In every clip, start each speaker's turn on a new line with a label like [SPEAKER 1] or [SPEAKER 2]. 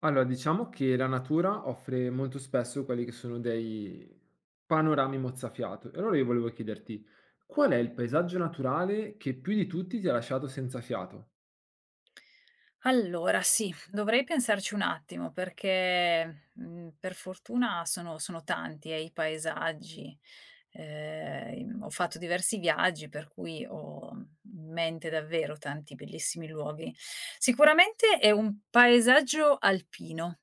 [SPEAKER 1] Allora, diciamo che la natura offre molto spesso quelli che sono dei panorami mozzafiato. E allora io volevo chiederti, qual è il paesaggio naturale che più di tutti ti ha lasciato senza fiato?
[SPEAKER 2] Allora sì, dovrei pensarci un attimo perché, per fortuna sono tanti, i paesaggi. Ho fatto diversi viaggi per cui ho in mente davvero tanti bellissimi luoghi. Sicuramente è un paesaggio alpino.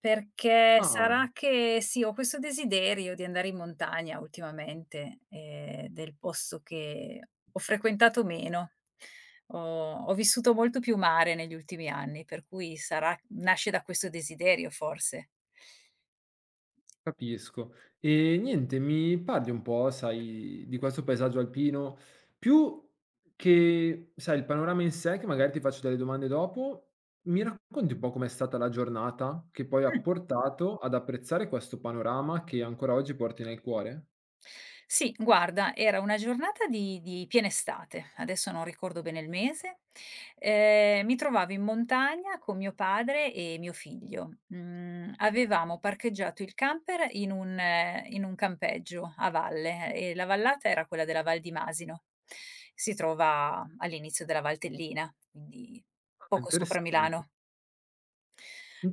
[SPEAKER 2] Perché
[SPEAKER 1] Ah,
[SPEAKER 2] sarà che sì, ho questo desiderio di andare in montagna ultimamente, del posto che ho frequentato meno. Ho Ho vissuto molto più mare negli ultimi anni, per cui sarà nasce da questo desiderio forse.
[SPEAKER 1] capisco. E niente, mi parli un po', sai, di questo paesaggio alpino, più che, sai, il panorama in sé, che magari ti faccio delle domande dopo, mi racconti un po' com'è stata la giornata che poi ha portato ad apprezzare questo panorama che ancora oggi porti nel cuore?
[SPEAKER 2] Sì, guarda, era una giornata di piena estate, adesso non ricordo bene il mese. Mi trovavo in montagna con mio padre e mio figlio. Mhmm, Avevamo parcheggiato il camper in un campeggio a valle, e la vallata era quella della Val di Masino. Si trova all'inizio della Valtellina, quindi
[SPEAKER 1] Ah,
[SPEAKER 2] poco sopra
[SPEAKER 1] interessante,
[SPEAKER 2] Milano.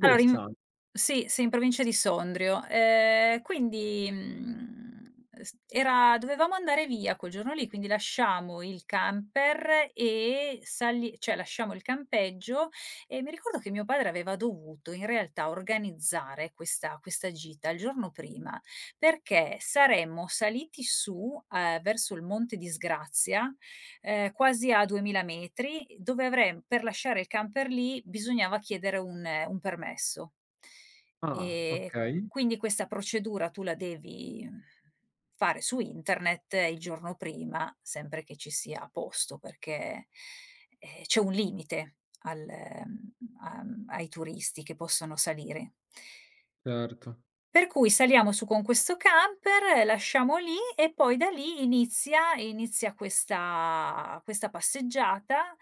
[SPEAKER 2] Allora in Sì, sì, in provincia di Sondrio. Quindi, mhmm, s era Dovevamo andare via quel giorno lì, quindi lasciamo il camper e sali cioè lasciamo il campeggio e mi ricordo che mio padre aveva dovuto in realtà organizzare questa gita il giorno prima, perché saremmo saliti su, verso il Monte di Sgrazia, quasi a 2000 metri, dove avrem per lasciare il camper lì bisognava chiedere un permesso.
[SPEAKER 1] ah,
[SPEAKER 2] Ehm,
[SPEAKER 1] okay,
[SPEAKER 2] quindi questa procedura tu la devi, fare su internet il giorno prima, sempre che ci sia a posto, perché, c'è un limite a ai turisti che possono salire.
[SPEAKER 1] certo.
[SPEAKER 2] Per cui saliamo su con questo camper, lasciamo lì e poi da lì inizia questa passeggiata,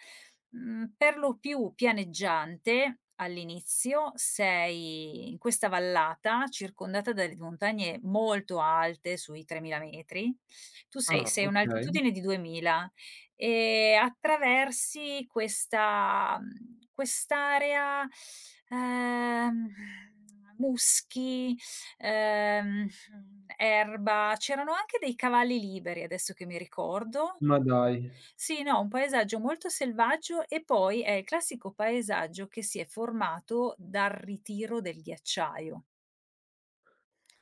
[SPEAKER 2] per lo più pianeggiante all'inizio. Sei in questa vallata circondata dalle montagne molto alte, sui 3000 metri. Tu sei
[SPEAKER 1] Ah,
[SPEAKER 2] sei a
[SPEAKER 1] okay,
[SPEAKER 2] un'altitudine di 2000 e attraversi quest'area, ehm, muschi, Ehm, erba, c'erano anche dei cavalli liberi, adesso che mi ricordo.
[SPEAKER 1] ma dai,
[SPEAKER 2] Sì, no, un paesaggio molto selvaggio e poi è il classico paesaggio che si è formato dal ritiro del ghiacciaio.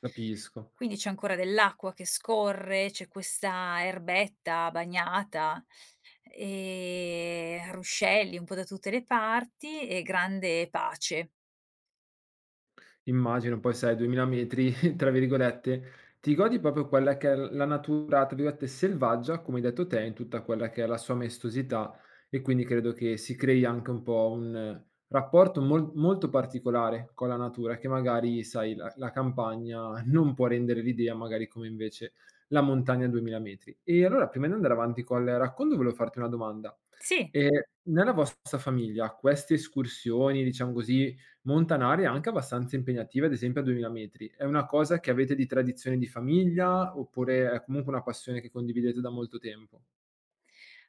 [SPEAKER 1] capisco.
[SPEAKER 2] Quindi c'è ancora dell'acqua che scorre, c'è questa erbetta bagnata, ruscelli un po' da tutte le parti e grande pace.
[SPEAKER 1] Immagino, poi sai, "2000 metri", tra virgolette, ti godi proprio quella che è l la natura, tra virgolette, "selvaggia", come hai detto te, in tutta quella che è la sua maestosità e quindi credo che si crei anche un po' un rapporto molto particolare con la natura che magari, sai, la campagna non può rendere l'idea, magari come invece la montagna a 2000 metri. E allora prima di andare avanti col racconto volevo farti una domanda:
[SPEAKER 2] Sì.
[SPEAKER 1] ehm, nella vostra famiglia queste escursioni, diciamo così, Montanari è anche abbastanza impegnativa, ad esempio a 2000 metri. È una cosa che avete di tradizione di famiglia oppure è comunque una passione che condividete da molto tempo?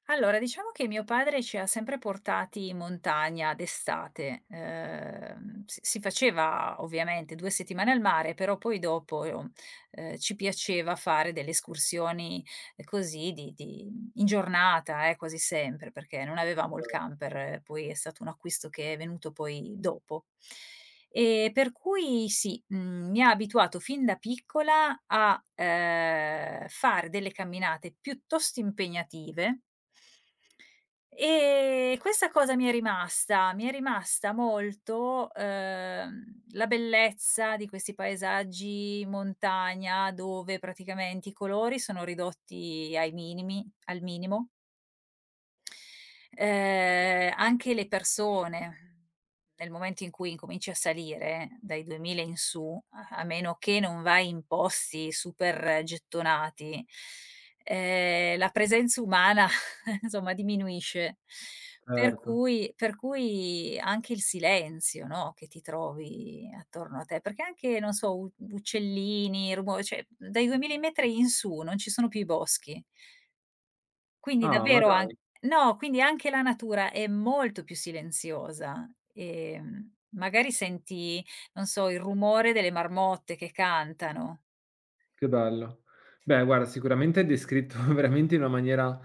[SPEAKER 2] Allora, diciamo che mio padre ci ha sempre portati in montagna d'estate. Si faceva ovviamente 2 settimane al mare, però poi dopo, ci piaceva fare delle escursioni, così di in giornata, quasi sempre, perché non avevamo il camper, poi è stato un acquisto che è venuto poi dopo. Per cui sì, mi ha abituato fin da piccola a, fare delle camminate piuttosto impegnative, questa cosa mi è rimasta. Mi è rimasta molto, la bellezza di questi paesaggi montagna dove praticamente i colori sono ridotti ai minimi al minimo. Anche le persone, nel momento in cui incominci a salire, dai 2000 in su, a meno che non vai in posti super gettonati, la presenza umana insomma diminuisce. Per
[SPEAKER 1] Certo.
[SPEAKER 2] cui per cui anche il silenzio, no, che ti trovi attorno a te, perché anche, non so, u uccellini, rumo cioè dai 2000 metri in su non ci sono più i boschi. Quindi
[SPEAKER 1] Ah, ma
[SPEAKER 2] davvero an
[SPEAKER 1] dai.
[SPEAKER 2] No, quindi anche la natura è molto più silenziosa. Magari senti, non so, il rumore delle marmotte che cantano.
[SPEAKER 1] Che bello. Beh, guarda, sicuramente hai descritto veramente in una maniera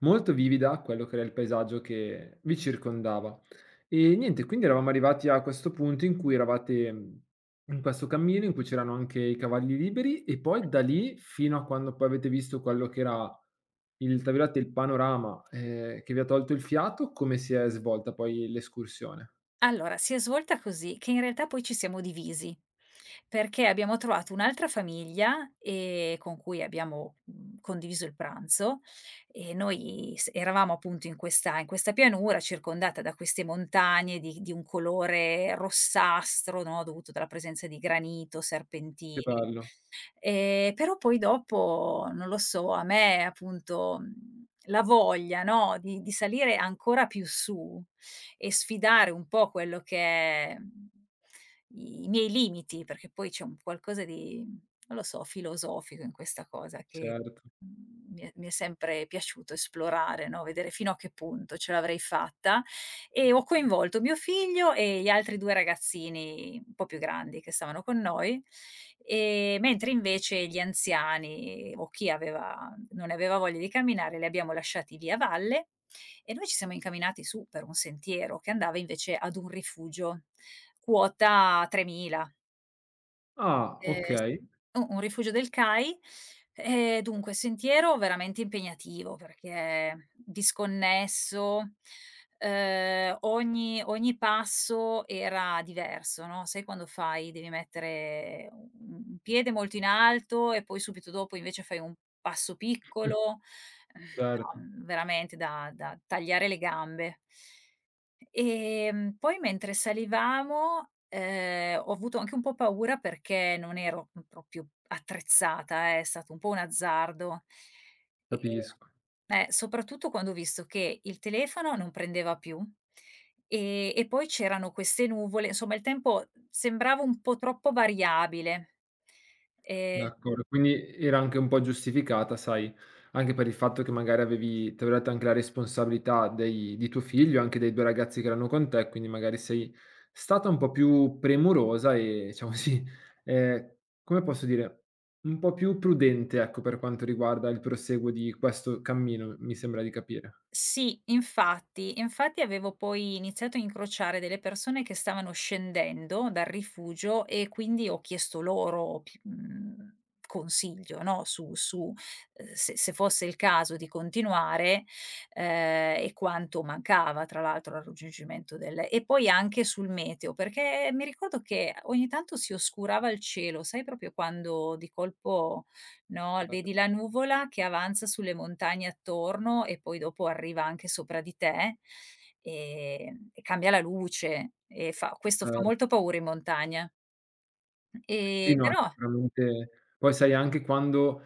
[SPEAKER 1] molto vivida quello che era il paesaggio che vi circondava. E niente, quindi eravamo arrivati a questo punto in cui eravate, mhmm, in questo cammino in cui c'erano anche i cavalli liberi e poi da lì fino a quando poi avete visto quello che era il tra virgolette, "il panorama", che vi ha tolto il fiato, come si è svolta poi l'escursione?
[SPEAKER 2] Allora, si è svolta così, che in realtà poi ci siamo divisi, perché abbiamo trovato un'altra famiglia, con cui abbiamo, condiviso il pranzo e noi s eravamo appunto in questa pianura circondata da queste montagne di un colore rossastro, no, dovuto dalla presenza di granito,
[SPEAKER 1] Che
[SPEAKER 2] serpentini.
[SPEAKER 1] bello,
[SPEAKER 2] Però poi dopo, non lo so, a me appunto, la voglia, no, di salire ancora più su e sfidare un po' quello che è, i miei limiti, perché poi c'è un qualcosa di, non lo so, filosofico in questa cosa che,
[SPEAKER 1] certo.
[SPEAKER 2] mhmm, mi è sempre piaciuto esplorare, no, vedere fino a che punto ce l'avrei fatta e ho coinvolto mio figlio e gli altri 2 ragazzini un po' più grandi che stavano con noi, mentre invece gli anziani o chi aveva non aveva voglia di camminare li abbiamo lasciati lì a valle e noi ci siamo incamminati su per un sentiero che andava invece ad un rifugio, quota 3000.
[SPEAKER 1] Ah,
[SPEAKER 2] S
[SPEAKER 1] okay.
[SPEAKER 2] u un rifugio del CAI. Dunque sentiero veramente impegnativo perché disconnesso, ogni passo era diverso, no, sai quando fai devi mettere u un piede molto in alto e poi subito dopo invece fai un passo piccolo. Ehm,
[SPEAKER 1] Certo,
[SPEAKER 2] No, veramente da tagliare le gambe. Poi mentre salivamo, ho avuto anche un po' paura perché non ero, proprio attrezzata, è stato un po' un azzardo. E
[SPEAKER 1] capisco.
[SPEAKER 2] Soprattutto quando ho visto che il telefono non prendeva più, e poi c'erano queste nuvole, insomma il tempo sembrava un po' troppo variabile. Ehm
[SPEAKER 1] D'accordo, quindi era anche un po' giustificata, sai, anche per il fatto che magari avevi, tra virgolette, anche la responsabilità dei di tuo figlio, anche dei 2 ragazzi che erano con te, quindi magari sei stata un po' più premurosa e diciamo così, ehm, come posso dire, un po' più prudente, ecco, per quanto riguarda il proseguo di questo cammino, mi sembra di capire.
[SPEAKER 2] Sì, infatti. Infatti avevo poi iniziato a incrociare delle persone che stavano scendendo dal rifugio e quindi ho chiesto loro consiglio, no, su, se fosse il caso di continuare, e quanto mancava tra l'altro al raggiungimento del e poi anche sul meteo, perché mi ricordo che ogni tanto si oscurava il cielo, sai proprio quando di colpo no,
[SPEAKER 1] Chiaro.
[SPEAKER 2] vedi la nuvola che avanza sulle montagne attorno e poi dopo arriva anche sopra di te, e cambia la luce e fa
[SPEAKER 1] Cer
[SPEAKER 2] molto paura in montagna.
[SPEAKER 1] sì, no,
[SPEAKER 2] Però
[SPEAKER 1] sicuramente poi sai anche quando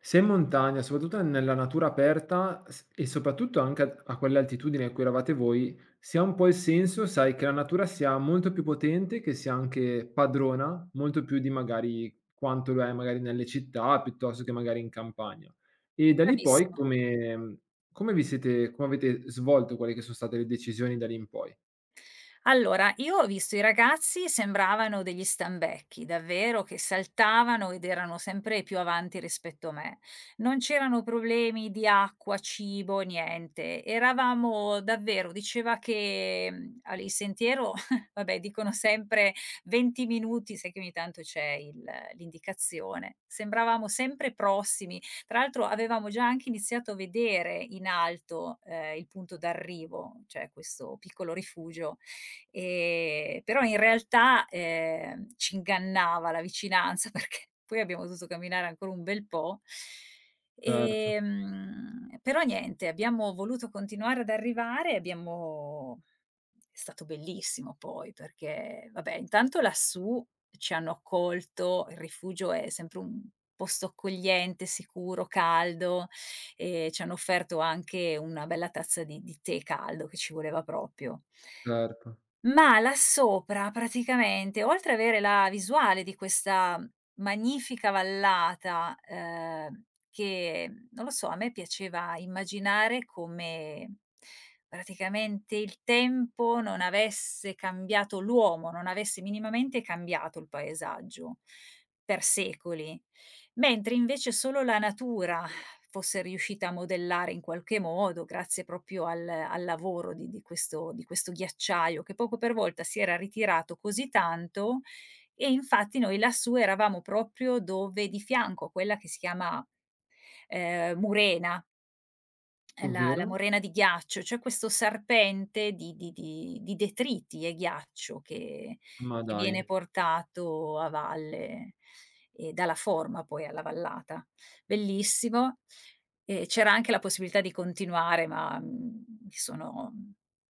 [SPEAKER 1] sei in montagna, soprattutto nella natura aperta s e soprattutto anche a quell'altitudine a cui eravate voi, si ha un po' il senso, sai, che la natura sia molto più potente, che sia anche padrona, molto più di magari quanto lo è magari nelle città, piuttosto che magari in campagna. E da lì poi
[SPEAKER 2] bravissimo.
[SPEAKER 1] come mhmm, come vi siete come avete svolto quelle che sono state le decisioni da lì in poi?
[SPEAKER 2] Allora, io ho visto i ragazzi sembravano degli stambecchi, davvero, che saltavano ed erano sempre più avanti rispetto a me. Non c'erano problemi di acqua, cibo, niente. Eravamo davvero, diceva che il sentiero, vabbè, dicono sempre 20 minuti, sai che ogni tanto l'indicazione. Sembravamo sempre prossimi. Tra l'altro avevamo già anche iniziato a vedere in alto, il punto d'arrivo, cioè questo piccolo rifugio. Però in realtà, ci ingannava la vicinanza perché poi abbiamo dovuto camminare ancora un bel po'.
[SPEAKER 1] Certo,
[SPEAKER 2] Però niente, abbiamo voluto continuare ad arrivare, abbiamo è stato bellissimo poi perché, vabbè, intanto lassù ci hanno accolto, il rifugio è sempre un posto accogliente, sicuro, caldo, ci hanno offerto anche una bella tazza di tè caldo che ci voleva proprio.
[SPEAKER 1] certo.
[SPEAKER 2] Ma là sopra praticamente, oltre ad avere la visuale di questa magnifica vallata, che non lo so, a me piaceva immaginare come praticamente il tempo non avesse cambiato l'uomo, non avesse minimamente cambiato il paesaggio per secoli, mentre invece solo la natura fosse riuscita a modellare in qualche modo grazie proprio al lavoro di questo ghiacciaio che poco per volta si era ritirato così tanto e infatti noi lassù eravamo proprio dove di fianco a quella che si chiama, Murena. La
[SPEAKER 1] Ovvero?
[SPEAKER 2] morena di ghiaccio, cioè questo serpente di detriti e ghiaccio che
[SPEAKER 1] Ma
[SPEAKER 2] che
[SPEAKER 1] dai.
[SPEAKER 2] viene portato a valle e dà la forma poi alla vallata. Bellissimo. E c'era anche la possibilità di continuare, ma, mi sono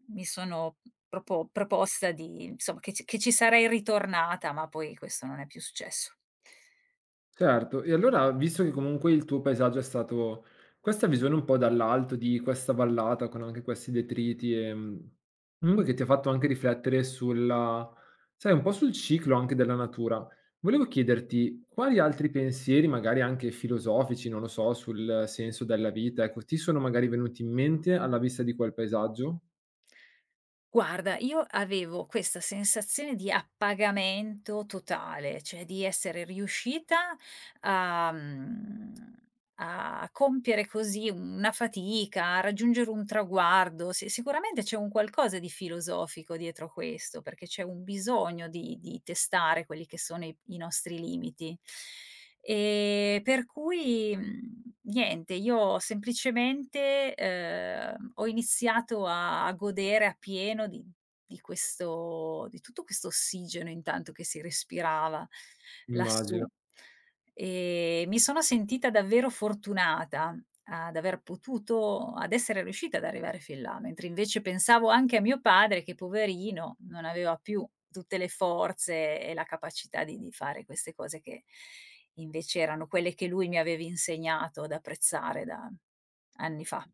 [SPEAKER 2] mi sono proposta di insomma che ci sarei ritornata, ma poi questo non è più successo.
[SPEAKER 1] Certo, e allora visto che comunque il tuo paesaggio è stato questa visione un po' dall'alto di questa vallata con anche questi detriti, comunque che ti ha fatto anche riflettere sulla sai un po' sul ciclo anche della natura. Volevo chiederti quali altri pensieri, magari anche filosofici, non lo so, sul senso della vita, ecco, ti sono magari venuti in mente alla vista di quel paesaggio?
[SPEAKER 2] Guarda, io avevo questa sensazione di appagamento totale, cioè di essere riuscita a mhmm a compiere così una fatica, a raggiungere un traguardo. Si Sicuramente c'è un qualcosa di filosofico dietro questo, perché c'è un bisogno di testare quelli che sono i nostri limiti. Per cui, niente, io semplicemente, ho iniziato a godere appieno di tutto questo ossigeno intanto che si respirava lassù.
[SPEAKER 1] Immagino.
[SPEAKER 2] Mi sono sentita davvero fortunata ad aver potuto ad essere riuscita ad arrivare fin là, mentre invece pensavo anche a mio padre che poverino non aveva più tutte le forze e la capacità di fare queste cose che invece erano quelle che lui mi aveva insegnato ad apprezzare da anni fa.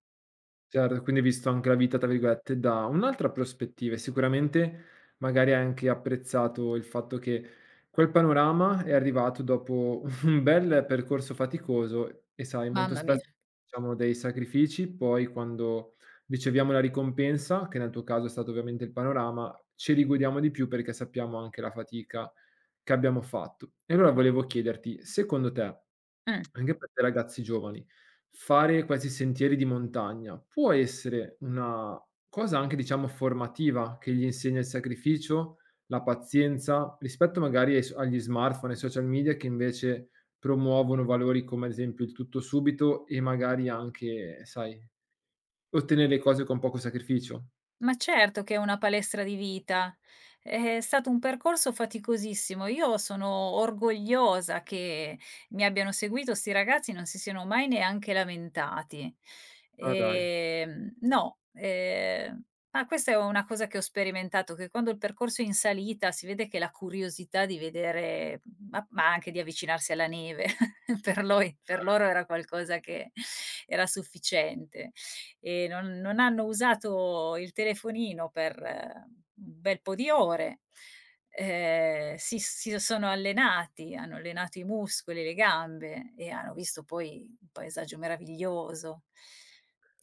[SPEAKER 1] Certo, quindi hai visto anche la vita, tra virgolette, da un'altra prospettiva e sicuramente magari hai anche apprezzato il fatto che quel panorama è arrivato dopo un bel percorso faticoso e sai, molto
[SPEAKER 2] Mamma mia.
[SPEAKER 1] spesso facciamo dei sacrifici, poi quando riceviamo la ricompensa, che nel tuo caso è stato ovviamente il panorama, ci rigodiamo di più perché sappiamo anche la fatica che abbiamo fatto. E allora volevo chiederti, secondo te,
[SPEAKER 2] Mh.
[SPEAKER 1] anche per te ragazzi giovani, fare questi sentieri di montagna può essere una cosa anche, diciamo, formativa, che gli insegna il sacrificio, la pazienza, rispetto magari ai s agli smartphone, ai social media che invece promuovono valori come ad esempio il tutto subito e magari anche, sai, ottenere le cose con poco sacrificio.
[SPEAKER 2] Ma certo che è una palestra di vita. È stato un percorso faticosissimo. Io sono orgogliosa che mi abbiano seguito 'sti ragazzi, non si siano mai neanche lamentati.
[SPEAKER 1] Ma dai.
[SPEAKER 2] No, ma questa è una cosa che ho sperimentato, che quando il percorso è in salita si vede che la curiosità di vedere ma anche di avvicinarsi alla neve per loro era qualcosa che era sufficiente e non hanno usato il telefonino per, un bel po' di ore, si sono allenati, hanno allenato i muscoli, le gambe e hanno visto poi un paesaggio meraviglioso.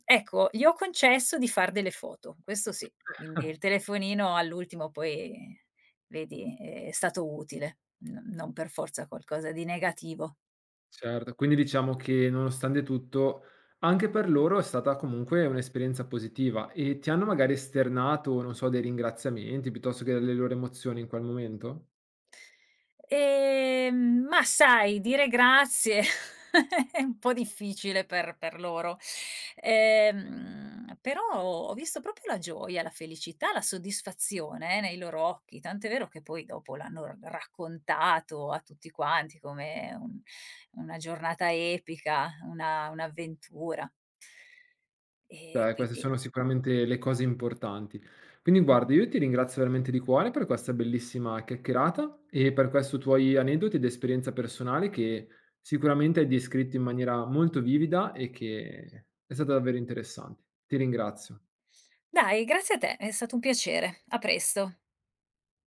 [SPEAKER 2] Ecco, gli ho concesso di far delle foto, questo sì, quindi il telefonino all'ultimo poi vedi è stato utile, n non per forza qualcosa di negativo.
[SPEAKER 1] Certo, quindi diciamo che nonostante tutto, anche per loro è stata comunque un'esperienza positiva e ti hanno magari esternato, non so, dei ringraziamenti piuttosto che delle loro emozioni in quel momento?
[SPEAKER 2] Ma sai, dire grazie è un po' difficile per loro. Però ho visto proprio la gioia, la felicità, la soddisfazione, nei loro occhi, tant'è vero che poi dopo l'hanno r raccontato a tutti quanti come un una giornata epica, una un'avventura. E
[SPEAKER 1] Beh, queste
[SPEAKER 2] quindi
[SPEAKER 1] sono sicuramente le cose importanti. Quindi guarda, io ti ringrazio veramente di cuore per questa bellissima chiacchierata e per questo tuoi aneddoti ed esperienza personale che sicuramente hai descritto in maniera molto vivida e che è stata davvero interessante. Ti ringrazio.
[SPEAKER 2] dai, grazie a te, è stato un piacere. A presto.